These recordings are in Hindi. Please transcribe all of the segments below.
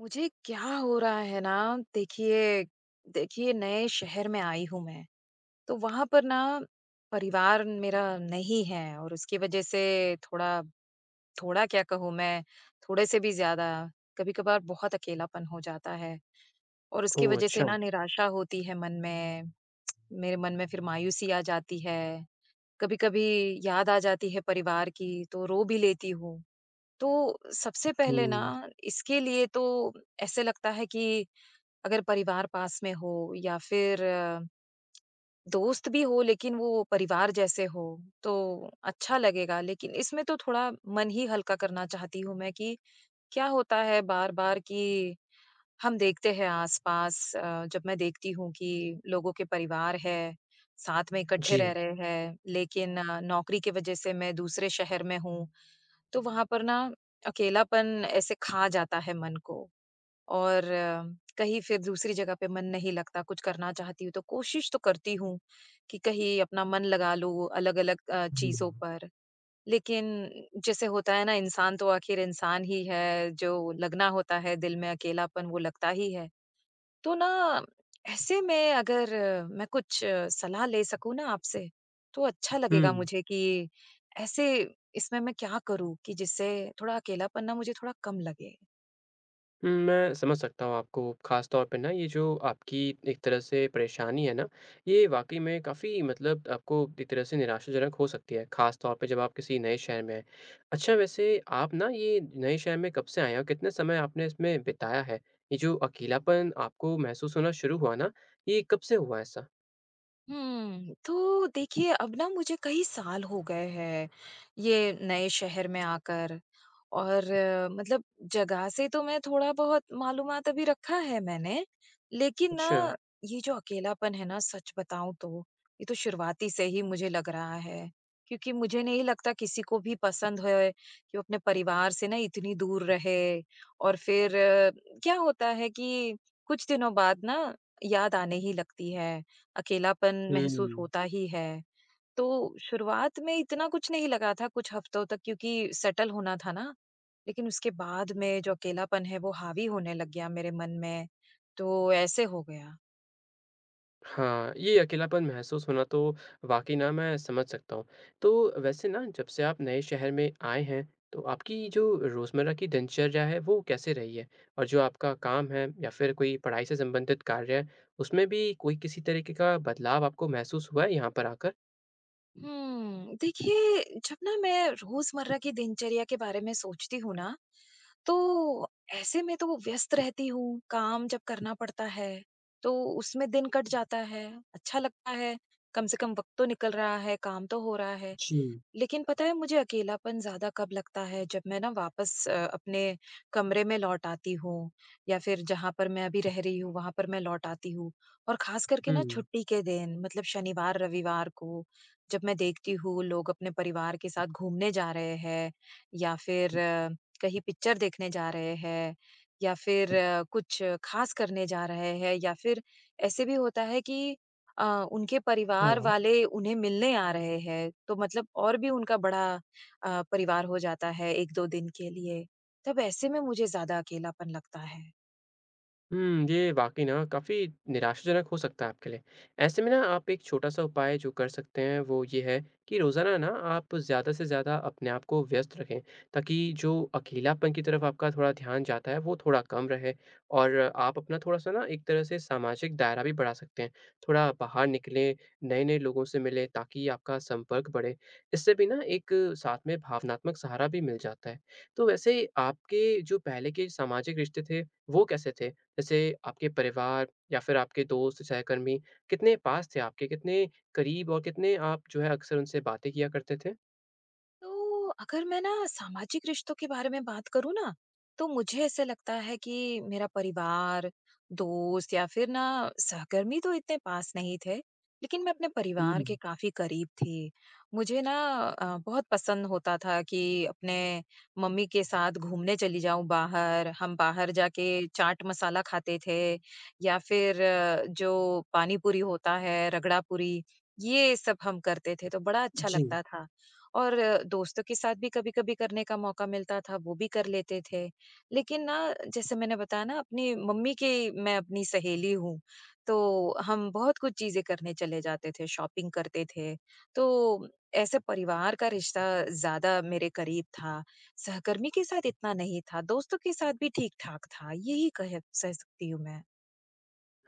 मुझे क्या हो रहा है ना। देखिए देखिए, नए शहर में आई हूँ मैं। तो वहां पर ना, परिवार मेरा नहीं है और उसकी वजह से थोड़ा, थोड़ा क्या कहूँ मैं, थोड़े से भी ज्यादा, कभी कभार बहुत अकेलापन हो जाता है। और उसकी ओह! वजह से अच्छा। ना निराशा होती है मन में, मेरे मन में फिर मायूसी आ जाती है। कभी कभी याद आ जाती है परिवार की तो रो भी लेती हूँ। तो सबसे पहले ना, हुँ। इसके लिए तो ऐसे लगता है कि अगर परिवार पास में हो या फिर दोस्त भी हो लेकिन वो परिवार जैसे हो, तो अच्छा लगेगा। लेकिन इसमें तो थोड़ा मन ही हल्का करना चाहती हूँ मैं कि क्या होता है बार बार कि हम देखते हैं आसपास, जब मैं देखती हूँ कि लोगों के परिवार है, साथ में इकट्ठे जी। रह रहे हैं, लेकिन नौकरी की वजह से मैं दूसरे शहर में हूँ। तो वहां पर ना अकेलापन ऐसे खा जाता है मन को। और कहीं फिर दूसरी जगह पे मन नहीं लगता, कुछ करना चाहती हूँ तो कोशिश तो करती हूँ कि कहीं अपना मन लगा लूँ अलग-अलग चीज़ों हुँ। पर। लेकिन जैसे होता है ना, इंसान तो आखिर इंसान ही है, जो लगना होता है दिल में अकेलापन वो लगता ही है। तो ना ऐसे में अगर मैं कुछ सलाह ले सकूँ ना आपसे, तो अच्छा लगेगा हुँ। मुझे कि ऐसे इसमें मैं क्या करूँ कि जिससे थोड़ा अकेलापन ना मुझे थोड़ा कम लगे? हुँ, मैं समझ सकता हूँ आपको, ख़ास तौर पे ना ये जो आपकी एक तरह से परेशानी है ना, ये वाक़ई में काफ़ी मतलब आपको एक तरह से निराशाजनक हो सकती है, ख़ास तौर पे जब आप किसी नए शहर में हैं। अच्छा वैसे आप ना ये नए शहर में कब से आए हैं और कितने समय आपने इसमें बिताया है? ये जो अकेलापन आपको महसूस होना शुरू हुआ ना, ये कब से हुआ ऐसा? तो देखिए अब ना मुझे कई साल हो गए हैं ये नए शहर में आकर। और मतलब जगह से तो मैं थोड़ा-बहुत मालूमात अभी रखा है मैंने, लेकिन अच्छा। ना ये जो अकेलापन है ना, सच बताऊँ तो, ये तो शुरुआती से ही मुझे लग रहा है। क्योंकि मुझे नहीं लगता किसी को भी पसंद है कि वो अपने परिवार से ना इतनी दूर रहे। और फिर क्या होता है कि कुछ दिनों बाद ना याद आने ही लगती है। अकेलापन महसूस हुँ। होता ही है। तो शुरुआत में इतना कुछ नहीं लगा था कुछ हफ्तों तक, क्योंकि सेटल होना था ना, लेकिन उसके बाद में जो अकेलापन है वो हावी होने लग गया मेरे मन में, तो ऐसे हो गया। हाँ, ये अकेलापन महसूस होना तो वाक़ई ना मैं समझ सकता हूँ। तो वैसे ना जब से आप नए शहर में आए हैं, तो आपकी जो रोज़मर्रा की दिनचर्या है वो कैसे रही है? और जो आपका काम है या फिर कोई पढ़ाई से संबंधित कार्य है, उसमें भी कोई किसी तरीके का बदलाव आपको महसूस हुआ है यहाँ पर आकर? देखिए जब ना मैं रोज़मर्रा की दिनचर्या के बारे में सोचती हूँ ना, तो ऐसे में तो व्यस्त रहती हूँ, काम जब करना पड़ता है, तो उसमें दिन कट जाता है, अच्छा लगता है, कम से कम वक़्त तो निकल रहा है, काम तो हो रहा है। जी। लेकिन पता है मुझे अकेलापन ज़्यादा कब लगता है? जब मैं ना वापस अपने कमरे में लौट आती हूँ या फिर जहाँ पर मैं अभी रह रही हूँ वहाँ पर मैं लौट आती हूँ, और खास करके हुँ। ना छुट्टी के दिन, मतलब शनिवार रविवार को जब मैं देखती हूँ लोग अपने परिवार के साथ घूमने जा रहे हैं या फिर कहीं पिक्चर देखने जा रहे हैं या फिर कुछ खास करने जा रहे हैं या फिर ऐसे भी होता है कि अ, उनके परिवार हाँ। वाले उन्हें मिलने आ रहे हैं, तो मतलब और भी उनका बड़ा परिवार हो जाता है 1-2 दिन के लिए। तब ऐसे में मुझे ज़्यादा अकेलापन लगता है। हुँ, ये वाक़ई ना काफ़ी निराशाजनक हो सकता है आपके लिए। ऐसे में ना आप एक छोटा-सा उपाय जो कर सकते हैं वो ये है कि रोज़ाना ना आप ज़्यादा से ज़्यादा अपने आप को व्यस्त रखें, ताकि जो अकेलापन की तरफ आपका थोड़ा ध्यान जाता है वो थोड़ा कम रहे और आप अपना थोड़ा-सा ना एक तरह से सामाजिक दायरा भी बढ़ा सकते हैं। थोड़ा बाहर निकलें, नए-नए लोगों से मिलें ताकि आपका संपर्क बढ़े। इससे भी ना एक साथ में भावनात्मक सहारा भी मिल जाता है। तो वैसे आपके जो पहले के सामाजिक रिश्ते थे, वो कैसे थे? जैसे आपके परिवार या फिर आपके दोस्त, सहकर्मी कितने पास थे आपके? कितने करीब और कितने आप जो है अक्सर उनसे बातें किया करते थे? तो अगर मैं ना सामाजिक रिश्तों के बारे में बात करूँ ना, तो मुझे ऐसे लगता है कि मेरा परिवार, दोस्त या फिर ना सहकर्मी तो इतने पास नहीं थे, लेकिन मैं अपने परिवार के हुँ, काफ़ी करीब थी। मुझे ना बहुत पसंद होता था कि अपने मम्मी के साथ घूमने चली जाऊँ बाहर। हम बाहर जाके चाट मसाला खाते थे या फिर जो पानी पूरी होता है, रगड़ा पूरी, ये सब हम करते थे, तो बड़ा अच्छा जी। लगता था। और दोस्तों के साथ भी कभी-कभी करने का मौका मिलता था, वो भी कर लेते थे। लेकिन ना, जैसे मैंने बताया ना, अपनी मम्मी की मैं अपनी सहेली हूँ, तो हम बहुत कुछ चीज़ें करने चले जाते थे, शॉपिंग करते थे। तो ऐसे परिवार का रिश्ता ज़्यादा मेरे करीब था, सहकर्मी के साथ इतना नहीं था, दोस्तों के साथ भी ठीक-ठाक था, यही कह सह सकती हूँ मैं।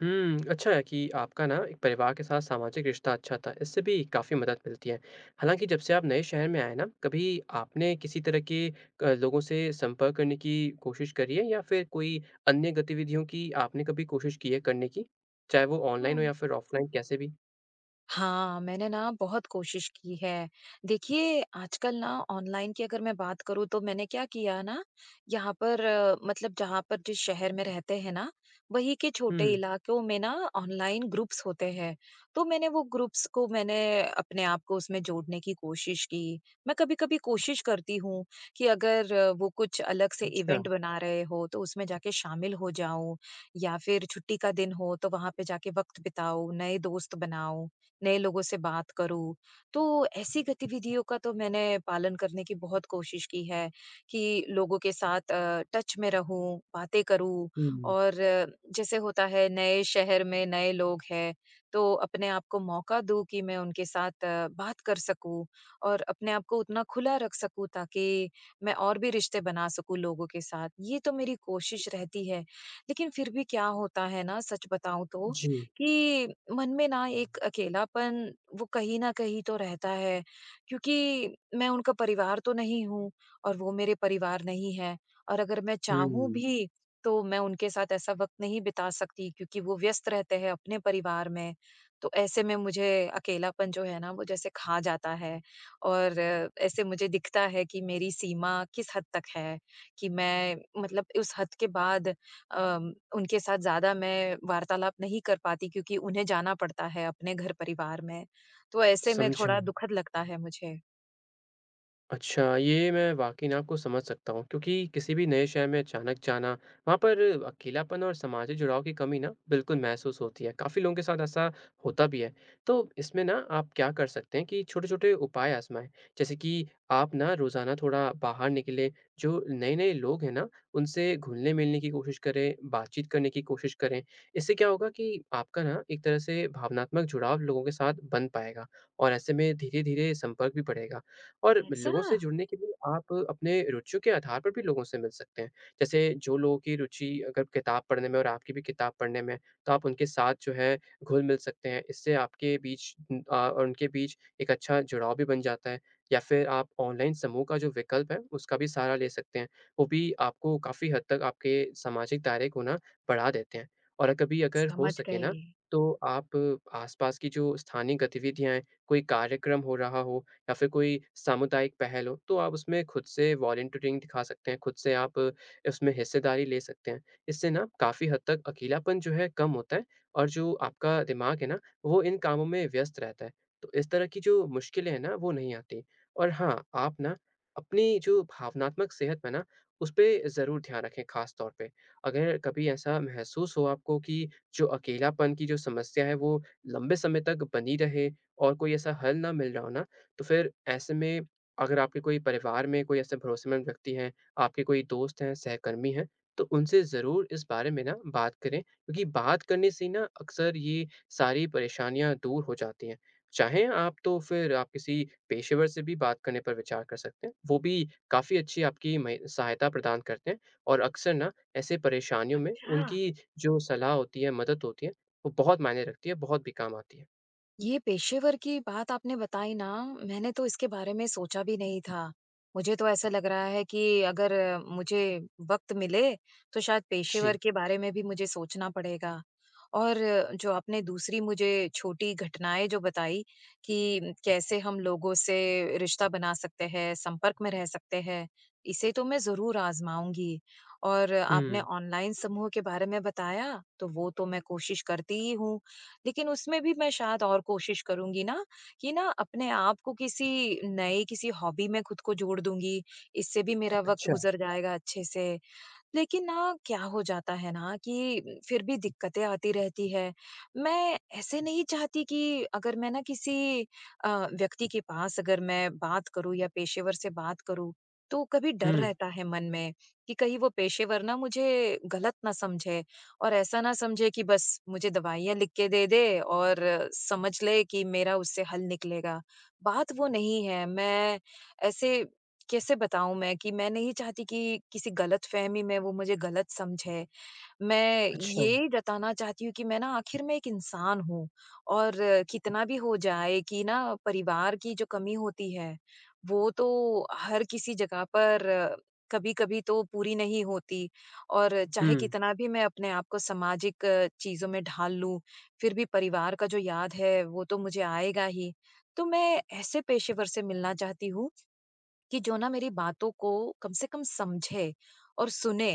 हुँ, अच्छा है कि आपका ना एक परिवार के साथ सामाजिक रिश्ता अच्छा था, इससे भी काफ़ी मदद मिलती है। हालाँकि जब से आप नए शहर में आए ना, कभी आपने किसी तरह के क लोगों से संपर्क करने की कोशिश करी है या फिर कोई अन्य गतिविधियों की आपने कभी कोशिश की है करने की? चाहे वो ऑनलाइन हो या हुँ। फिर ऑफलाइन कैसे भी? हाँ, मैंने ना बहुत कोशिश की है। देखिए, आजकल ना ऑनलाइन की अगर मैं बात करूँ तो मैंने क्या किया ना, यहाँ पर मतलब जहाँ पर जिस शहर में रहते हैं ना, वहीं के छोटे हुँ। इलाकों में ना ऑनलाइन ग्रुप्स होते हैं। तो मैंने वो ग्रुप्स को मैंने अपने आप को उसमें जोड़ने की कोशिश की। मैं कभी-कभी कोशिश करती हूँ कि अगर वो कुछ अलग से अच्छा। इवेंट बना रहे हो तो उसमें जाके शामिल हो जाऊँ, या फिर छुट्टी का दिन हो तो वहाँ पे जाके वक़्त बिताऊँ, नए दोस्त बनाऊँ, नए लोगों से बात करूँ। तो ऐसी गतिविधियों का तो मैंने पालन करने की बहुत कोशिश की है कि लोगों के साथ टच में रहूँ, बातें करूँ, हुँ, और जैसे होता है, नए शहर में नए लोग हैं, तो अपने आप को मौका दूँ कि मैं उनके साथ बात कर सकूँ और अपने आप को उतना खुला रख सकूँ ताकि मैं और भी रिश्ते बना सकूँ लोगों के साथ। ये तो मेरी कोशिश रहती है। लेकिन फिर भी क्या होता है ना, सच बताऊँ तो, जी। कि मन में ना एक अकेलापन वो कहीं न कहीं तो रहता है, क्योंकि मैं उनका परिवार तो नहीं हूँ और वो मेरे परिवार नहीं हैं, और अगर मैं चाहूँ हुँ, भी तो मैं उनके साथ ऐसा वक़्त नहीं बिता सकती क्योंकि वो व्यस्त रहते हैं अपने परिवार में। तो ऐसे में मुझे अकेलापन जो है ना वो जैसे खा जाता है, और ऐसे मुझे दिखता है कि मेरी सीमा किस हद तक है, कि मैं, मतलब उस हद के बाद उनके साथ ज़्यादा मैं वार्तालाप नहीं कर पाती, क्योंकि उन्हें जाना पड़ता है अपने घर परिवार में। तो ऐसे में समझा। थोड़ा दुखद लगता है मुझे। अच्छा, ये मैं वाक़ई ना आपको समझ सकता हूँ क्योंकि किसी भी नए शहर में अचानक जाना, वहाँ पर अकेलापन और सामाजिक जुड़ाव की कमी ना बिल्कुल महसूस होती है, काफ़ी लोगों के साथ ऐसा होता भी है। तो इसमें ना आप क्या कर सकते हैं कि छोटे-छोटे उपाय आज़माएँ, जैसे कि आप ना रोज़ाना थोड़ा बाहर निकलें, जो नए-नए लोग हैं ना, उनसे घुलने-मिलने की कोशिश करें, बातचीत करने की कोशिश करें। इससे क्या होगा कि आपका ना एक तरह से भावनात्मक जुड़ाव लोगों के साथ बन पाएगा और ऐसे में धीरे-धीरे संपर्क भी बढ़ेगा। और ऐसा? लोगों से जुड़ने के लिए आप अपने रुचियों के आधार पर भी लोगों से मिल सकते हैं। जैसे जो लोगों की रुचि अगर किताब पढ़ने में और आपकी भी किताब पढ़ने में है, तो आप उनके साथ जो है घुल-मिल सकते हैं। इससे आपके बीच और उनके बीच एक अच्छा जुड़ाव भी बन जाता है। या फिर आप ऑनलाइन समूह का जो विकल्प है, उसका भी सहारा ले सकते हैं। वो भी आपको काफ़ी हद तक आपके सामाजिक दायरे को ना बढ़ा देते हैं। और कभी अगर हो समझ सके गई। ना, तो आप आस-पास की जो स्थानीय गतिविधियाँ हैं, कोई कार्यक्रम हो रहा हो या फिर कोई सामुदायिक पहल हो, तो आप उसमें खुद से वॉलंटियरिंग दिखा सकते हैं, खुद से आप उसमें हिस्सेदारी ले सकते हैं। इससे ना काफ़ी हद तक अकेलापन जो है कम होता है और जो आपका दिमाग है ना, वो इन कामों में व्यस्त रहता है। तो इस तरह की जो मुश्किलें हैं ना, वो नहीं आती। और हाँ, आप ना अपनी जो भावनात्मक सेहत है ना, उस पे ज़रूर ध्यान रखें ख़ास तौर पे। अगर कभी ऐसा महसूस हो आपको कि जो अकेलापन की जो समस्या है, वो लंबे समय तक बनी रहे और कोई ऐसा हल ना मिल रहा हो ना, तो फिर ऐसे में अगर आपके कोई परिवार में कोई ऐसे भरोसेमंद व्यक्ति हैं, आपके कोई दोस्त हैं, सहकर्मी हैं, तो उनसे ज़रूर इस बारे में ना बात करें क्योंकि बात करने से ना अक्सर ये सारी परेशानियाँ दूर हो जाती हैं। चाहें आप तो फिर आप किसी पेशेवर से भी बात करने पर विचार कर सकते हैं, वो भी काफ़ी अच्छी आपकी मय सहायता प्रदान करते हैं और अक्सर ना ऐसे परेशानियों में अच्छा। उनकी जो सलाह होती है, मदद होती है, वो बहुत मायने रखती है, बहुत भी काम आती है। ये पेशेवर की बात आपने बताई ना, मैंने तो इसके बारे में सोचा भी नहीं था। मुझे तो ऐसा लग रहा है कि अगर मुझे वक़्त मिले, तो शायद जी। पेशेवर के बारे में भी मुझे सोचना पड़ेगा। और जो आपने दूसरी मुझे छोटी घटनाएँ जो बताई कि कैसे हम लोगों से रिश्ता बना सकते हैं, संपर्क में रह सकते हैं, इसे तो मैं ज़रूर आज़माऊँगी। और आपने हुँ। ऑनलाइन समूह के बारे में बताया, तो वो तो मैं कोशिश करती ही हूँ। लेकिन उसमें भी मैं शायद और कोशिश करूँगी ना कि ना अपने आप को किसी नए किसी हॉबी में खुद को जोड़ दूँगी, इससे भी मेरा वक़्त अच्छा। गुज़र जाएगा अच्छे से। लेकिन ना क्या हो जाता है ना कि फिर भी दिक्कतें आती रहती है। मैं ऐसे नहीं चाहती कि अगर मैं ना किसी अ, व्यक्ति के पास अगर मैं बात करूँ या पेशेवर से बात करूँ, तो कभी डर हुँ। हुँ। रहता है मन में कि कहीं वो पेशेवर ना मुझे गलत ना समझे और ऐसा ना समझे कि बस मुझे दवाइयाँ लिख के दे दे और समझ ले कि मेरा उससे हल निकलेगा। बात वो नहीं है, मैं ऐसे कैसे बताऊँ मैं कि मैं नहीं चाहती कि किसी गलतफ़हमी में वो मुझे गलत समझे। मैं अच्छा। ये जताना चाहती हूँ कि मैं ना आखिर में एक इंसान हूँ और कितना भी हो जाए कि ना परिवार की जो कमी होती है, वो तो हर किसी जगह पर कभी-कभी तो पूरी नहीं होती, और चाहे हुँ, कितना भी मैं अपने आप को सामाजिक चीज़ों में ढाल लूँ, फिर भी परिवार का जो याद है, वो तो मुझे आएगा ही। तो मैं ऐसे पेशेवर से मिलना चाहती हूँ कि जो ना मेरी बातों को कम से कम समझे और सुने,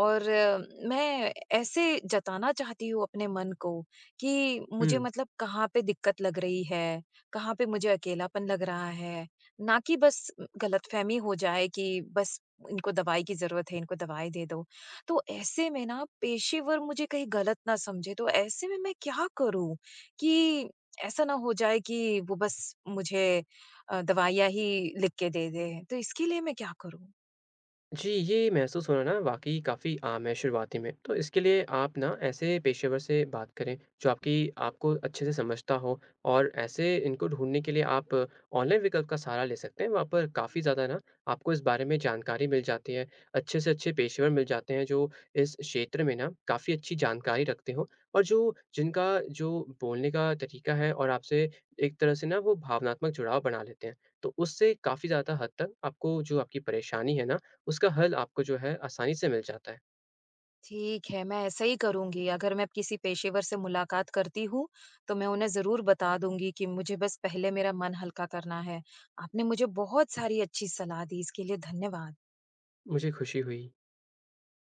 और मैं ऐसे जताना चाहती हूँ अपने मन को कि मुझे, हुँ। मतलब कहाँ पे दिक्कत लग रही है, कहाँ पे मुझे अकेलापन लग रहा है, ना कि बस गलतफहमी हो जाए कि बस इनको दवाई की ज़रूरत है, इनको दवाई दे दो। तो ऐसे में ना पेशेवर मुझे कहीं गलत ना समझे, तो ऐसे में मैं क्या करूँ कि ऐसा ना हो जाए कि वो बस मुझे दवाइयाँ ही लिख के दे दें, तो इसके लिए मैं क्या करूँ? जी, ये महसूस होना ना वाक़ई काफ़ी आम है शुरुआती में। तो इसके लिए आप ना ऐसे पेशेवर से बात करें जो आपकी आपको अच्छे से समझता हो और ऐसे इनको ढूँढने के लिए आप ऑनलाइन विकल्प का सहारा ले सकते हैं। वहाँ पर काफ़ी ज़्यादा ना आपको इस बारे में जानकारी मिल जाती है। अच्छे से अच्छे पेशेवर मिल जाते हैं जो इस क्षेत्र में ना काफ़ी अच्छी जानकारी रखते हों और जो जिनका जो बोलने का तरीका है और आपसे एक तरह से ना वो भावनात्मक जुड़ाव बना लेते हैं। तो उससे काफ़ी ज़्यादा हद तक आपको जो आपकी परेशानी है ना उसका हल आपको जो है आसानी से मिल जाता है। ठीक है, मैं ऐसा ही करूँगी। अगर मैं किसी पेशेवर से मुलाकात करती हूँ, तो मैं उन्हें ज़रूर बता दूँगी कि मुझे बस पहले मेरा मन हल्का करना है। आपने मुझे बहुत सारी अच्छी सलाह दी, इसके लिए धन्यवाद। मुझे खुशी हुई।